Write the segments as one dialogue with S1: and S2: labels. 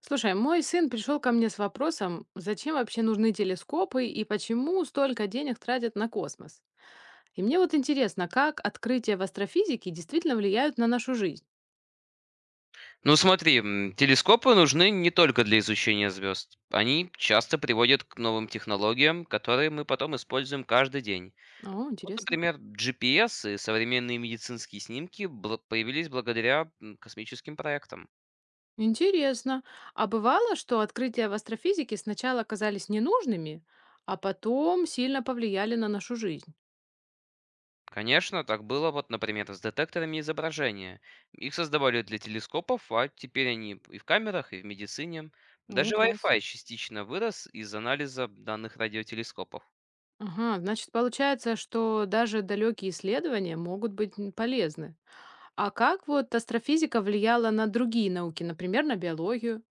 S1: Слушай, мой сын пришел ко мне с вопросом, зачем вообще нужны телескопы и почему столько денег тратят на космос. И мне вот интересно, как открытия в астрофизике действительно влияют на нашу жизнь.
S2: Ну смотри, телескопы нужны не только для изучения звезд. Они часто приводят к новым технологиям, которые мы потом используем каждый день.
S1: О,
S2: Вот,
S1: интересно.
S2: например, GPS и современные медицинские снимки появились благодаря космическим проектам.
S1: Интересно. А бывало, что открытия в астрофизике сначала казались ненужными, а потом сильно повлияли на нашу жизнь.
S2: Конечно, так было, вот, например, с детекторами изображения. Их создавали для телескопов, а теперь они и в камерах, и в медицине.
S1: О,
S2: Даже
S1: класс.
S2: Wi-Fi частично вырос из анализа данных радиотелескопов.
S1: Ага, значит, получается, что даже далекие исследования могут быть полезны. А как вот астрофизика влияла на другие науки, например, на биологию?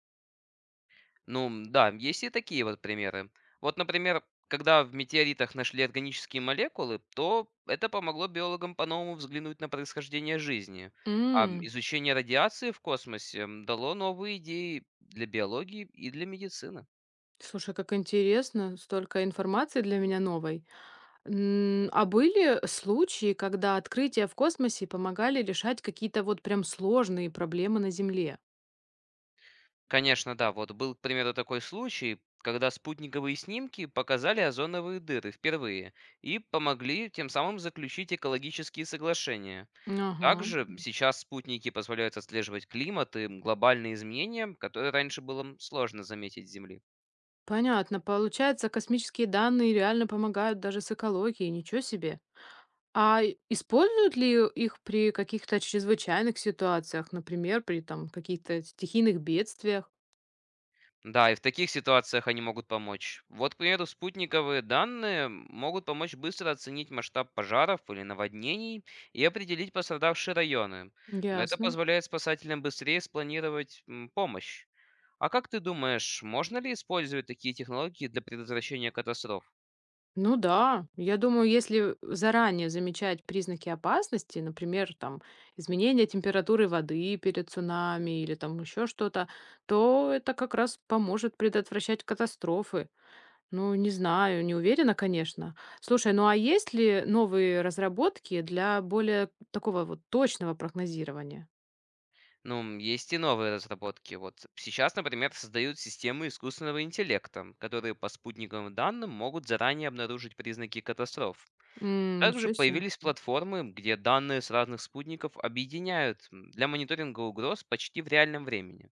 S2: Ну, да, есть и такие вот примеры. Вот, например, когда в метеоритах нашли органические молекулы, то это помогло биологам по-новому взглянуть на происхождение жизни. А
S1: М,
S2: изучение радиации в космосе дало новые идеи для биологии и для медицины.
S1: Слушай, как интересно, столько информации для меня новой. А были случаи, когда открытия в космосе помогали решать какие-то вот прям сложные проблемы на Земле?
S2: Конечно, да, вот был, к примеру, такой случай, когда спутниковые снимки показали озоновые дыры впервые и помогли тем самым заключить экологические соглашения.
S1: Ага,
S2: Также сейчас спутники позволяют отслеживать климат и глобальные изменения, которые раньше было сложно заметить с Земли.
S1: понятно. Получается, космические данные реально помогают даже с экологией, ничего себе. А используют ли их при каких-то чрезвычайных ситуациях, например, при там каких-то стихийных бедствиях?
S2: Да, и в таких ситуациях они могут помочь. Вот, к примеру, спутниковые данные могут помочь быстро оценить масштаб пожаров или наводнений и определить пострадавшие районы. Это
S1: Ясно.
S2: позволяет спасателям быстрее спланировать помощь. А как ты думаешь, можно ли использовать такие технологии для предотвращения катастроф?
S1: Ну да, я думаю, если заранее замечать признаки опасности, например, там изменение температуры воды перед цунами или там еще что-то, то это как раз поможет предотвращать катастрофы. Ну, не знаю, не уверена, конечно. Слушай, ну а есть ли новые разработки для более такого вот точного прогнозирования?
S2: Ну, есть и новые разработки. Вот сейчас, например, создают системы искусственного интеллекта, которые по спутниковым данным могут заранее обнаружить признаки катастроф.
S1: М,
S2: Также
S1: ничего себе.
S2: появились платформы, где данные с разных спутников объединяют для мониторинга угроз почти в реальном времени.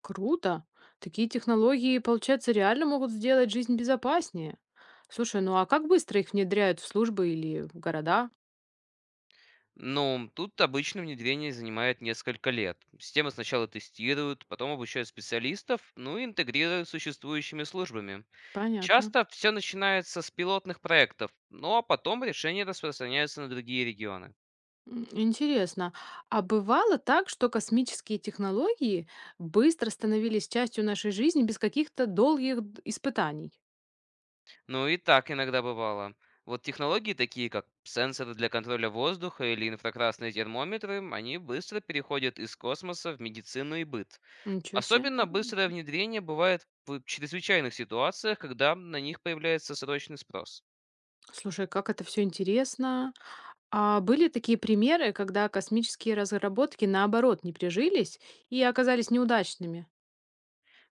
S1: Круто. Такие технологии, получается, реально могут сделать жизнь безопаснее. Слушай, ну а как быстро их внедряют в службы или в города?
S2: Ну, тут обычно внедрение занимает несколько лет. Системы сначала тестируют, потом обучают специалистов, ну и интегрируют с существующими службами.
S1: Понятно.
S2: Часто все начинается с пилотных проектов, ну а потом решения распространяются на другие регионы.
S1: Интересно. А бывало так, что космические технологии быстро становились частью нашей жизни без каких-то долгих испытаний?
S2: Ну и так иногда бывало. Вот технологии такие, как сенсоры для контроля воздуха или инфракрасные термометры, они быстро переходят из космоса в медицину и быт.
S1: Ничего себе.
S2: Особенно
S1: М.
S2: быстрое внедрение бывает в чрезвычайных ситуациях, когда на них появляется срочный спрос.
S1: Слушай, как это все интересно. А были такие примеры, когда космические разработки наоборот не прижились и оказались неудачными?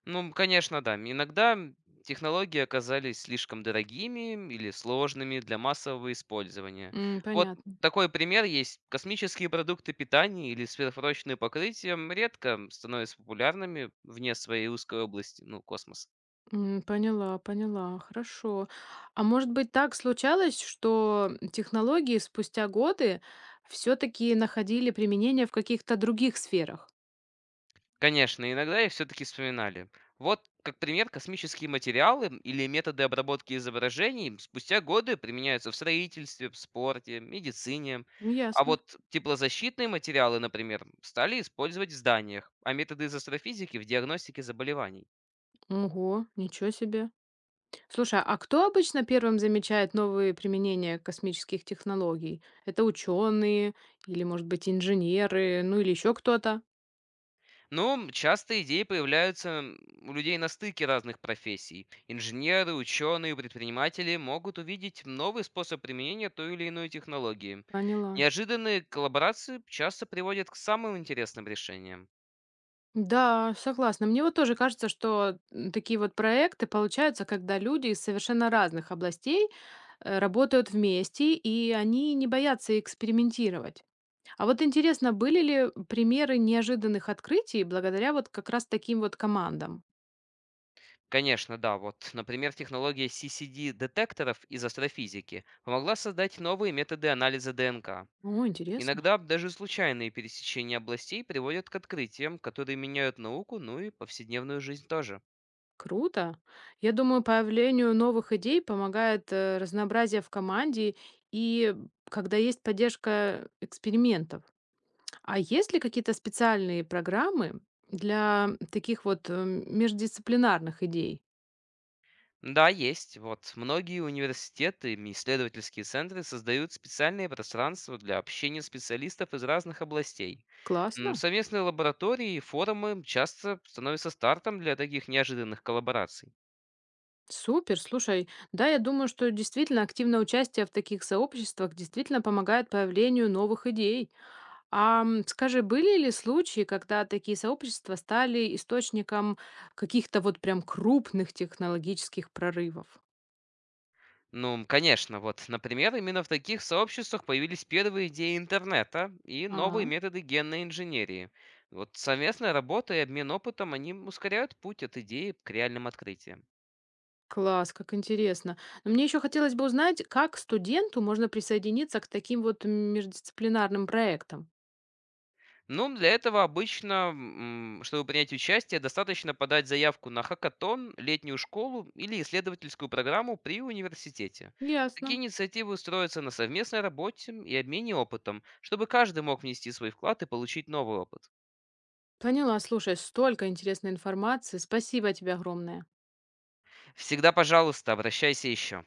S2: Ну, конечно, да, иногда технологии оказались слишком дорогими или сложными для массового использования.
S1: М,
S2: Вот
S1: понятно.
S2: такой пример есть. Космические продукты питания или сверхпрочные покрытия редко становятся популярными вне своей узкой области, ну, космоса.
S1: Поняла, поняла, хорошо. А может быть, так случалось, что технологии спустя годы все-таки находили применение в каких-то других сферах?
S2: Конечно, иногда их все-таки вспоминали. Вот, как пример, космические материалы или методы обработки изображений спустя годы применяются в строительстве, в спорте, медицине.
S1: М,
S2: А
S1: Ясно.
S2: вот теплозащитные материалы, например, стали использовать в зданиях, а методы из астрофизики в диагностике заболеваний.
S1: Ого, ничего себе. Слушай, а кто обычно первым замечает новые применения космических технологий? Это ученые или, может быть, инженеры, ну или еще кто-то?
S2: Ну, часто идеи появляются, у людей на стыке разных профессий. Инженеры, ученые, предприниматели могут увидеть новый способ применения той или иной технологии.
S1: Поняла.
S2: Неожиданные коллаборации часто приводят к самым интересным решениям.
S1: Да, согласна. Мне вот тоже кажется, что такие вот проекты получаются, когда люди из совершенно разных областей работают вместе, и они не боятся экспериментировать. А вот интересно, были ли примеры неожиданных открытий благодаря вот как раз таким вот командам?
S2: Конечно, да, вот, например, технология CCD-детекторов из астрофизики помогла создать новые методы анализа ДНК.
S1: О, интересно.
S2: Иногда даже случайные пересечения областей приводят к открытиям, которые меняют науку, ну и повседневную жизнь тоже.
S1: Круто. Я думаю, появлению новых идей помогает разнообразие в команде и когда есть поддержка экспериментов. А есть ли какие-то специальные программы для таких вот междисциплинарных идей?
S2: Да, есть. Вот многие университеты и исследовательские центры создают специальные пространства для общения специалистов из разных областей.
S1: Классно.
S2: Совместные лаборатории и форумы часто становятся стартом для таких неожиданных коллабораций.
S1: Супер, слушай, да, я думаю, что действительно активное участие в таких сообществах действительно помогает появлению новых идей. А скажи, были ли случаи, когда такие сообщества стали источником каких-то вот прям крупных технологических прорывов?
S2: Ну, конечно, вот, например, именно в таких сообществах появились первые идеи интернета и новые методы генной инженерии. Вот совместная работа и обмен опытом, они ускоряют путь от идеи к реальным открытиям.
S1: Класс, как интересно. Но мне еще хотелось бы узнать, как студенту можно присоединиться к таким вот междисциплинарным проектам.
S2: Ну, для этого обычно, чтобы принять участие, достаточно подать заявку на хакатон, летнюю школу или исследовательскую программу при университете.
S1: Ясно.
S2: Такие инициативы строятся на совместной работе и обмене опытом, чтобы каждый мог внести свой вклад и получить новый опыт.
S1: Поняла, слушай, столько интересной информации. Спасибо тебе огромное.
S2: Всегда, пожалуйста, обращайся еще.